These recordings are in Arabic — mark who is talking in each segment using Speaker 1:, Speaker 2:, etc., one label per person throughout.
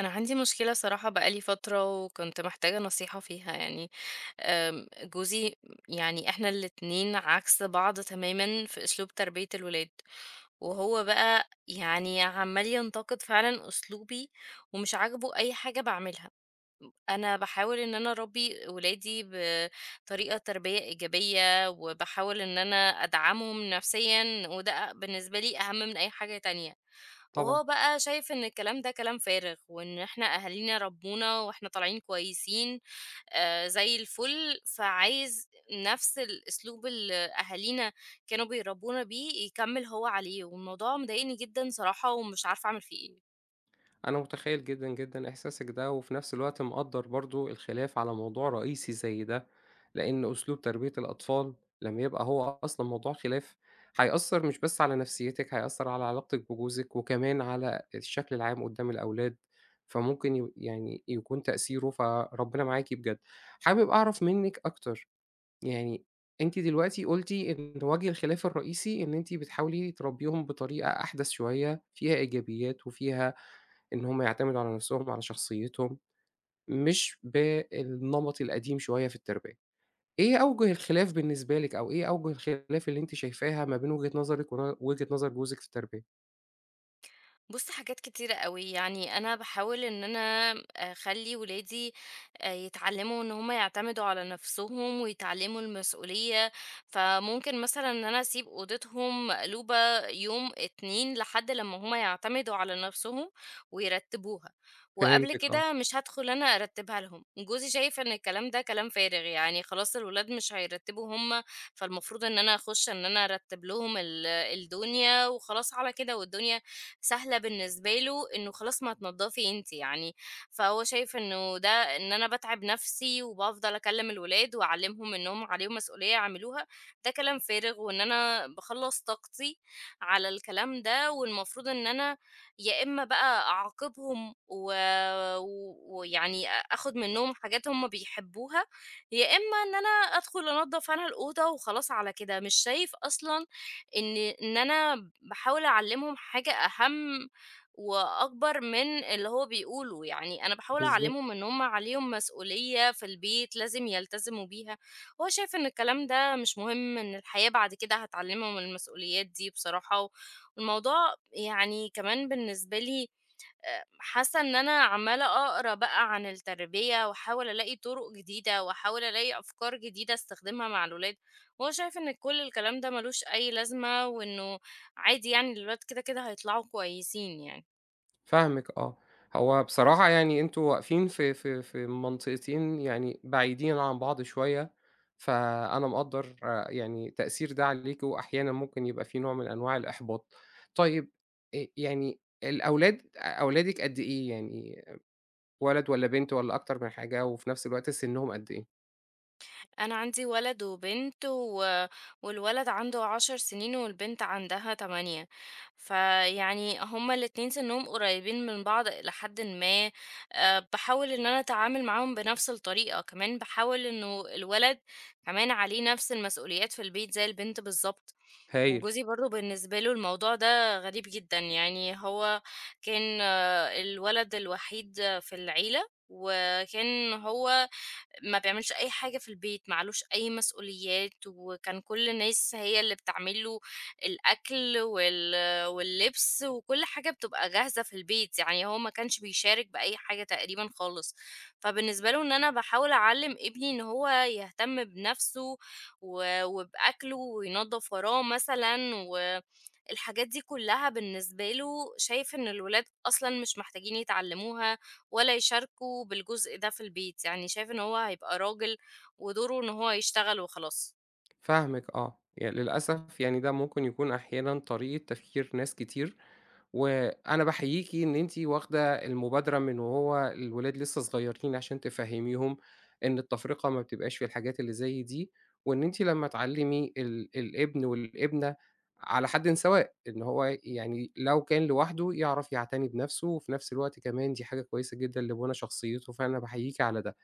Speaker 1: أنا عندي مشكلة صراحة بقى لي فترة وكنت محتاجة نصيحة فيها يعني. جوزي يعني إحنا الاتنين عكس بعض تمامًا في أسلوب تربية الولاد، وهو بقى يعني عمّال ينتقد فعلًا أسلوبي ومش عاجبه أي حاجة باعملها. أنا باحاول إن أنا أربّي ولادي بطريقة تربية إيجابية، وباحاول إن أنا أدعمهم نفسيًا، وده أ بالنسبة لي أهم من أي حاجة تانية.
Speaker 2: طبعًا،
Speaker 1: وهو بقى شايف إن الكلام ده كلام فارغ، وإن إحنا أهالينا ربّونا وإحنا طالعين كويسين زي الفل، فعايز نفس الأسلوب اللي أهالينا كانوا بيربّونا بيه يكمّل هو عليه، والموضوع مضايقني جدًا صراحة ومش عارفة أعمل فيه إيه.
Speaker 2: أنا متخيّل جدًا، جدًا إحساسِك ده، وفي نفس الوقت مقدّر برضه الخلاف على موضوع رئيسي زي ده، لإن أسلوب تربية الأطفال لمّا يبقى هو أصلًا موضوع خلاف، هيأثّر مش بس على نفسيتِك، هيأثّر على علاقتِك بجوزِك، وكمان على الشكل العام قدّام الأولاد، فممكن يعني يكون تأثيره فربنا معاكِ بجد. حابب أعرف منِّك أكتر، يعني أنتِ دلوقتي قُلتِ إن وجه الخلاف الرئيسي إن أنتِ بتحاولي تربّيهم بطريقة أحدث شوية، فيها إيجابيات وفيها إن هم يعتمدوا على نفسهم، على شخصيتهم، مش بالنمط القديم شوية في التربية. إيه أوجه الخلاف بالنسبة لِك أو إيه أوجه الخلاف اللي أنتِ شايفاها ما بين وجهة نظرِك وجهة نظر جوزِك في التربية؟
Speaker 1: بُص حاجات كتيرة أوي، يعني أنا باحاول إن أنا أخلّي ولادي يتعلّموا إن هُم يعتمدوا على نَفْسهم ويتعلّموا المسؤولية، فممكن مثلًا إن أنا أسيب أوضتهم مقلوبة يوم، 2 لحد لمّا هُم يعتمدوا على نَفْسهم ويرتّبوها، وقبل
Speaker 2: فهمتِك آه.
Speaker 1: كده مش هادخل أنا أرتّبها لهم. جوزي شايف إن الكلام ده كلام فارغ، يعني خلاص الولاد مش هيرتّبوا هُم، فالمفروض إن أنا أخُش إن أنا أرتّب لهم الدنيا وخلاص على كده والدنيا سهلة بالنسبة له إنه خلاص ما تنضفي أنتِ يعني، فهو شايف إنه ده إن أنا باتعب نفسي وبافضل أكلم الولاد وأعلمهم إنهم عليهم مسؤولية يعملوها، ده كلام فارغ وإن أنا باخلّص طاقتي على الكلام ده، والمفروض إن أنا يا إما بقى أعاقبهم ويعني أ آخد منهم حاجات هم بيحبوها، يا إما إن أنا أدخل أنضف أنا الأوضة وخلاص على كده، مش شايف أصلًا إن أنا باحاول أعلّمهم حاجة أهم وأكبر من اللي هو بيقوله، يعني أنا باحاول
Speaker 2: بالضبط.
Speaker 1: أعلّمهم إن هُم عليهم مسؤولية في البيت لازم يلتزموا بيها، هو شايف إن الكلام ده مش مهم، إن الحياة بعد كده هتعلّمهم المسؤوليات دي بصراحة، والموضوع يعني كمان بالنسبة لي حاسة إن أنا عمّالة أقرا بقى عن التربية وأحاول ألاقي طُرق جديدة وأحاول ألاقي أفكار جديدة أستخدمها مع الولاد، وهو شايف إن كل الكلام ده ما لوش أي لازمة وإنه عادي يعني الولاد كده، كده هيطلعوا كويسين يعني.
Speaker 2: فاهمِك آه. هو بصراحة يعني أنتم واقفين في منطقتين يعني بعيدين عن بعض شوية، فأنا مقدّر آه، يعني تأثير ده عليكِ وأحيانًا ممكن يبقى في نوع من أنواع الإحباط. طيب يعني الأولاد أولادِك قد إيه يعني؟ ولد والّا بنت والّا أكتر من حاجة، وفي نفس الوقت سنّهم قد إيه؟
Speaker 1: أنا عندي ولد وبنت و... والولد عنده 10 سنين والبنت عندها 8، فيعني هما الاتنين سنهم قريبين من بعض إلى حد ما. آه، بحاول إن أنا أتعامل معاهم بنفس الطريقة، كمان بحاول إنه الولد كمان عليه نفس المسؤوليات في البيت زي البنت بالظبط.
Speaker 2: هايل.
Speaker 1: وجوزي برضه بالنسبة له الموضوع ده غريب جدا، يعني هو كان آه، الولد الوحيد في العيلة وكان هو ما بيعملش أي حاجة في البيت، ما عليهوش أي مسؤوليات، وكان كل الناس هي اللي بتعمل له الأكل واللبس وكل حاجة بتبقى جاهزة في البيت، يعني هو ما كانش بيشارك بأي حاجة تقريبًا خالص، فبالنسبة له إن أنا باحاول أعلّم ابني إن هو يهتم بنفسه وبأكله وينضّف وراه مثلًا، والحاجات دي كلها بالنسبة له شايف إن الولاد أصلًا مش محتاجين يتعلموها ولا يشاركه بالجزء ده في البيت، يعني شايف إن هو هيبقى راجل ودوره إن هو يشتغل وخلاص.
Speaker 2: فاهمِك آه. للأسف يعني ده ممكن يكون أحيانًا طريقة تفكير ناس كتير، وأنا باحييكِ إن أنتِ واخدة المبادرة من وهو الولاد لسه صغيرين عشان تفهميهم إن التفرقة ما بتبقاش في الحاجات اللي زي دي، وإن أنتِ لمّا تعلمي الابن والابنة على حدٍ سواء، إن هو يعني لو كان لوحده يعرف يعتني بنفسه، وفي نفس الوقت كمان دي حاجة كويسة جدًا لبُنى شخصيته، فأنا باحييكِ على ده.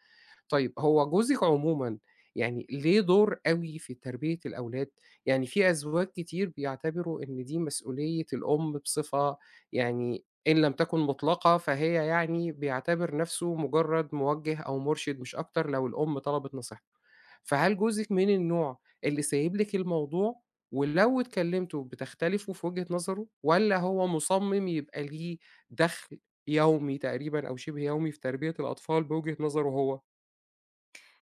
Speaker 2: طيب هو جوزِك عمومًا يعني ليه دور أوي في تربية الأولاد؟ يعني في أزواج كتير بيعتبروا إن دي مسؤولية الأم بصفة يعني إن لم تكن مطلقة، فهي يعني بيعتبر نَفْسه مجرّد موجّه أو مُرشِد مش أكتر لو الأم طلبت نصيحته. فهل جوزِك من النوع اللي سايب لِك الموضوع ولو اتكلمتوا بتختلفوا في وجهة نظره والّا هو مُصمِّم يبقى ليه دَخْل يومي تقريبًا أو شِبه يومي في تربية الأطفال بوجهة نظره هو؟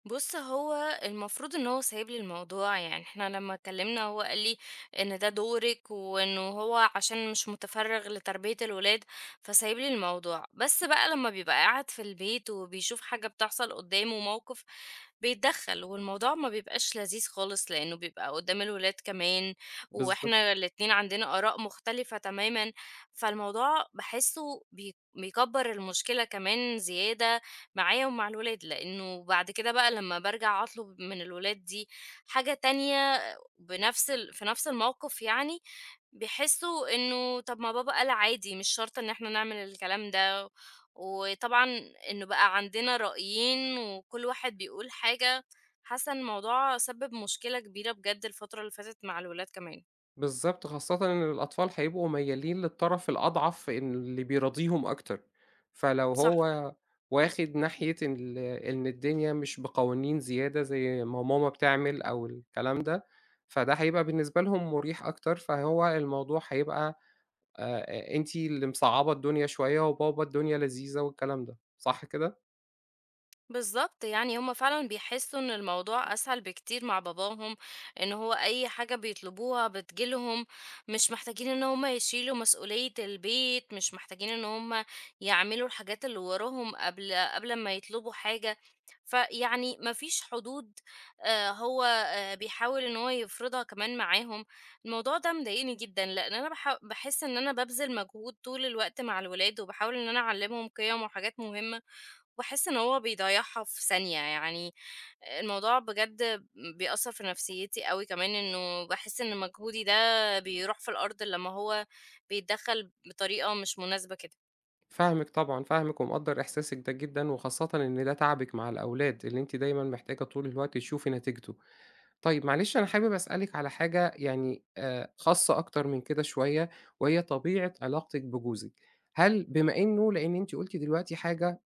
Speaker 1: بُص، هو المفروض إن هو سايب لي الموضوع، يعني إحنا لمّا اتكلمنا هو قال لي إن ده دورِك، وإنه هو عشان مش متفرغ لتربية الولاد، فسايب لي الموضوع. بس بقى لمّا بيبقى قاعد في البيت وبيشوف حاجة بتحصل قدامه، موقف، بيتدخل، والموضوع ما بيبقاش لذيذ خالص، لأنه بيبقى قدام الولاد كمان،
Speaker 2: بالضبط،
Speaker 1: وإحنا الاتنين عندنا آراء مختلفة تمامًا، فالموضوع باحسه بيكبر المشكلة كمان زيادة، معايا ومع الولاد، لإنه بعد كده بقى لمّا بارجع أطلب من الولاد دي حاجة تانية بنفس ال في نفس الموقف يعني، بيحسّوا إنه طَب ما بابا قال عادي مش شرط إن إحنا نعمل الكلام ده، وطبعًا إنه بقى عندنا رأيين وكل واحد بيقول حاجة، حاسّة إن الموضوع سبِّب مشكلة كبيرة بجد الفترة اللي فاتت مع الولاد كمان.
Speaker 2: بالضبط، خاصةً إن الأطفال هيبقوا ميّالين للطرف الأضعف إن اللي بيراضيهم أكتر، فلو
Speaker 1: صح.
Speaker 2: هو واخد ناحية إن إن الدنيا مش بقوانين زيادة زي ما ماما بتعمل أو الكلام ده، فده هيبقى بالنسبة لهم مُريح أكتر، فهو الموضوع هيبقى أنتِ اللي مصعّبة الدنيا شوية وبابا الدنيا لذيذة والكلام ده، صح كده؟
Speaker 1: بالضبط، يعني هُم فعلًا بيحسّوا إن الموضوع أسهل بكتير مع باباهم، إن هو أي حاجة بيطلبوها بتيجي لهم، مش محتاجين إن هُم يشيلوا مسؤولية البيت، مش محتاجين إن هُم يعملوا الحاجات اللي وراهم قبل أمّا يطلبوا حاجة، فيعني ما فيش حدود، هو بيحاول إن هو يفرضها كمان معاهم، الموضوع ده مضايقني جدًا، لإن أنا باحس إن أنا بابذل مجهود طول الوقت مع الولاد، وباحاول إن أنا أعلّمهم قِيَم وحاجات مهمة باحس إن هو بيضيّعها في ثانية، يعني الموضوع بجد بيأثّر في نفسيتي أوي كمان، إنه باحس إن مجهودي ده بيروح في الأرض لمّا هو بيتدخّل بطريقة مش مناسبة كده.
Speaker 2: فاهمِك طبعًا، فاهمِك ومقدّر إحساسِك ده جدًا، وخاصةً إن ده تعبِك مع الأولاد اللي أنتِ دايمًا محتاجة طول الوقت تشوفي نتيجته. طيب معلش أنا حابب أسألِك على حاجة يعني خاصة أكتر من كده شوية، وهي طبيعة علاقتِك بجوزِك. هل بما إنه لإن أنتِ قُلتِ دلوقتي حاجة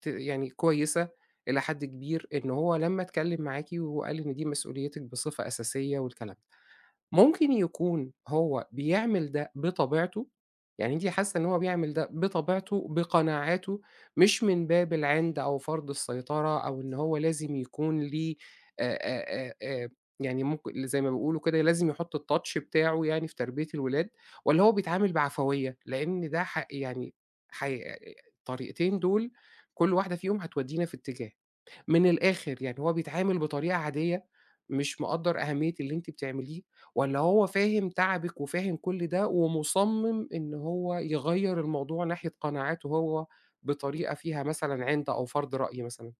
Speaker 2: يعني كويسة إلى حد كبير، إن هو لمّا اتكلم معاكِ وقال إن دي مسؤوليتِك بصفة أساسية والكلام. ممكن يكون هو بيعمل ده بطبيعته، يعني أنتِ حاسة إن هو بيعمل ده بطبيعته، بقناعاته، مش من باب العِند أو فرض السيطرة أو إن هو لازم يكون ليه آآ آآ آآ يعني ممكن زي ما بيقولوا كده لازم يحط الtouch بتاعه يعني في تربية الولاد، والّا هو بيتعامل بعفوية؟ لإن ده يعني حي الطريقتين دول كل واحدة فيهم هتودينا في اتجاه. من الآخر، يعني هو بيتعامل بطريقة عادية، مش مقدّر أهمية اللي أنتِ بتعمليه، والّا هو فاهم تعبِك وفاهم كل ده ومُصمِّم إن هو يغيّر الموضوع ناحية قناعاته هو بطريقة فيها مثلًا عِند أو فرض رأي مثلًا؟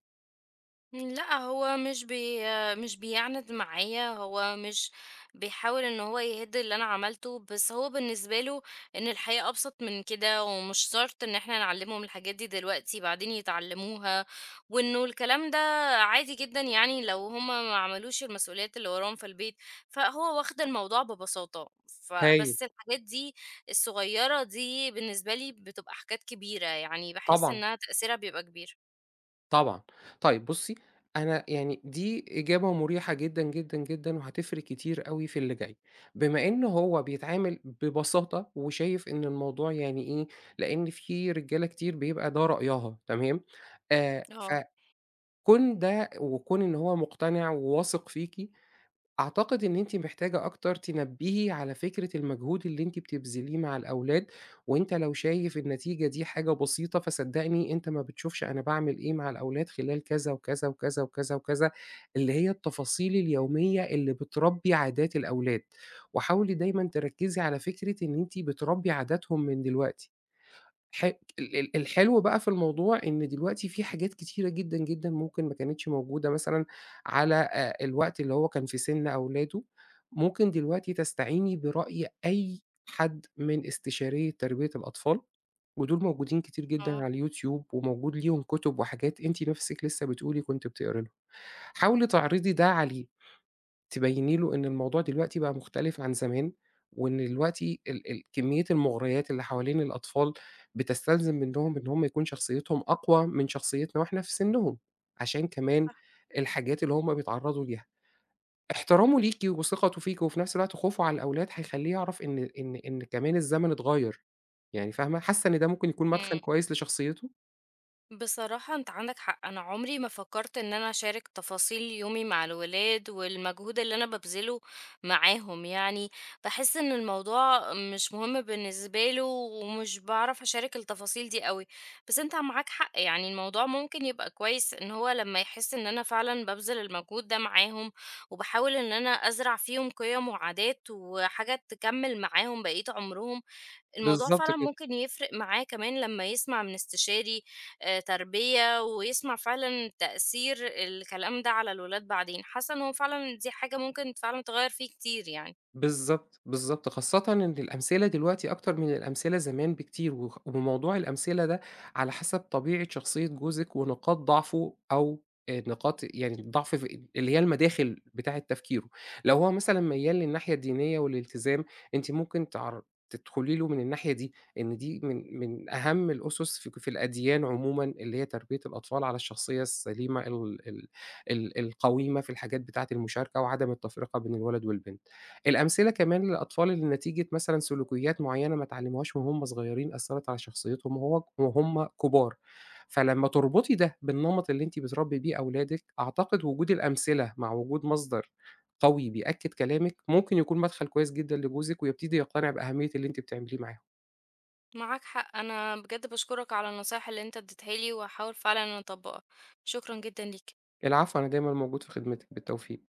Speaker 1: لأ، هو مش بيعند معايا، هو مش بيحاول إن هو يهِد اللي أنا عملته، بس هو بالنسبة له إن الحياة أبسط من كده، ومش شرط إن إحنا نعلّمهم الحاجات دي دلوقتي بعدين يتعلّموها، وإنه الكلام ده عادي جدًا يعني لو هم ما عملوش المسؤوليات اللي وراهم في البيت، فهو واخد الموضوع ببساطة.
Speaker 2: هايل.
Speaker 1: فبس الحاجات دي الصغيّرة دي بالنسبة لي بتبقى حاجات كبيرة، يعني باحس
Speaker 2: طبعًا.
Speaker 1: إنها تأثيرها بيبقى كبير.
Speaker 2: طبعًا. طيب بُصّي، أنا يعني دي إجابة مُريحة جدًا، جدًا، جدًا وهتفرق كتير أوي في اللي جاي. بما إن هو بيتعامل ببساطة وشايف إن الموضوع يعني إيه، لإن في رجالة كتير بيبقى ده رأيها تمام؟ آآ
Speaker 1: آه،
Speaker 2: فكون ده وكون إن هو مقتنع وواثق فيكِ أعتقد إن أنتِ محتاجة أكتر تنبّهي على فكرة المجهود اللي أنتِ بتبذليه مع الأولاد، وأنت لو شايف النتيجة دي حاجة بسيطة، فصدّقني أنت ما بتشوفش أنا باعمل إيه مع الأولاد خلال كذا، وكذا، وكذا، وكذا، وكذا، اللي هي التفاصيل اليومية اللي بتربّي عادات الأولاد، وحاولي دايمًا تركّزي على فكرة إن أنتِ بتربّي عاداتهم من دلوقتي. ح ال الحلو بقى في الموضوع إن دلوقتي في حاجات كتيرة جدًا، جدًا ممكن ما كانتش موجودة مثلًا على الوقت اللي هو كان في سِن أولاده، ممكن دلوقتي تستعيني برأي أي حد من استشارية تربية الأطفال، ودول موجودين كتير جدًا على
Speaker 1: آه،
Speaker 2: الYouTube وموجود ليهم كُتب وحاجات أنتِ نَفْسِك لسه بتقولي كنتِ بتقري لهم، حاولي تعرضي ده عليه. تبيّني له إن الموضوع دلوقتي بقى مختلف عن زمان، وإن دلوقتي ال كمية المغريات اللي حوالين الأطفال بتستلزم منّهم إن هم يكون شخصيتهم أقوى من شخصيتنا وإحنا في سنّهم، عشان كمان الحاجات اللي هم بيتعرّضوا ليها. احترامه ليكِ وثقته فيكِ وفي نفس الوقت خوفه على الأولاد هيخلّيه يعرف إن كمان الزمن اتغيّر، يعني فاهمة، حاسة إن ده ممكن يكون مدخل
Speaker 1: إمم.
Speaker 2: كويس لشخصيته؟
Speaker 1: بصراحة أنت عندك حق، أنا عمري ما فكرت إن أنا أشارك تفاصيل يومي مع الولاد والمجهود اللي أنا ببذله معاهم، يعني بحس إن الموضوع مش مهم بالنسبة له ومش بعرف أشارك التفاصيل دي قوي، بس أنت معاك حق يعني الموضوع ممكن يبقى كويس إن هو لما يحس إن أنا فعلا ببذل المجهود ده معاهم، وبحاول إن أنا أزرع فيهم قيم وعادات وحاجات تكمل معاهم بقية عمرهم. الموضوع
Speaker 2: بالضبط
Speaker 1: فعلًا
Speaker 2: كده.
Speaker 1: ممكن يفرق معاه كمان لمّا يسمع من استشاري تربية، ويسمع فعلًا تأثير الكلام ده على الولاد بعدين، حاسة إن هو فعلًا دي حاجة ممكن فعلًا تغيّر فيه كتير يعني.
Speaker 2: بالضبط، بالضبط، خاصةً إن الأمثلة دلوقتي أكتر من الأمثلة زمان بكتير، وموضوع الأمثلة ده على حسب طبيعة شخصية جوزِك ونقاط ضعفه أو نقاط يعني الضعف في اللي هي المداخل بتاعة تفكيره، لو هو مثلًا ميّال للناحية الدينية والالتزام، أنتِ ممكن تدخلي له من الناحية دي، إن دي من أهم الأُسس في الأديان عمومًا، اللي هي تربية الأطفال على الشخصية السليمة ال القويمة في الحاجات بتاعة المشاركة وعدم التفرقة بين الولد والبنت. الأمثلة كمان للأطفال اللي نتيجة مثلًا سلوكيات معيّنة ما اتعلموهاش وهُم صغيرين أثّرت على شخصيتهم وهُم كبار، فلمّا تربطي ده بالنمط اللي أنتِ بتربّي بيه أولادِك، أعتقد وجود الأمثلة مع وجود مصدر قوي بيأكد كلامِك، ممكن يكون مدخل كويس جدًا لجوزِك ويبتدي يقتنع بأهمية اللي أنتِ بتعمليه معاهم.
Speaker 1: معاك حق، أنا بجد باشكرك على النصايح اللي أنت اديتها لي، وهاحاول فعلًا إن أطبّقها. شكرًا جدًا ليك.
Speaker 2: العفو، أنا دايمًا موجود في خدمتِك، بالتوفيق.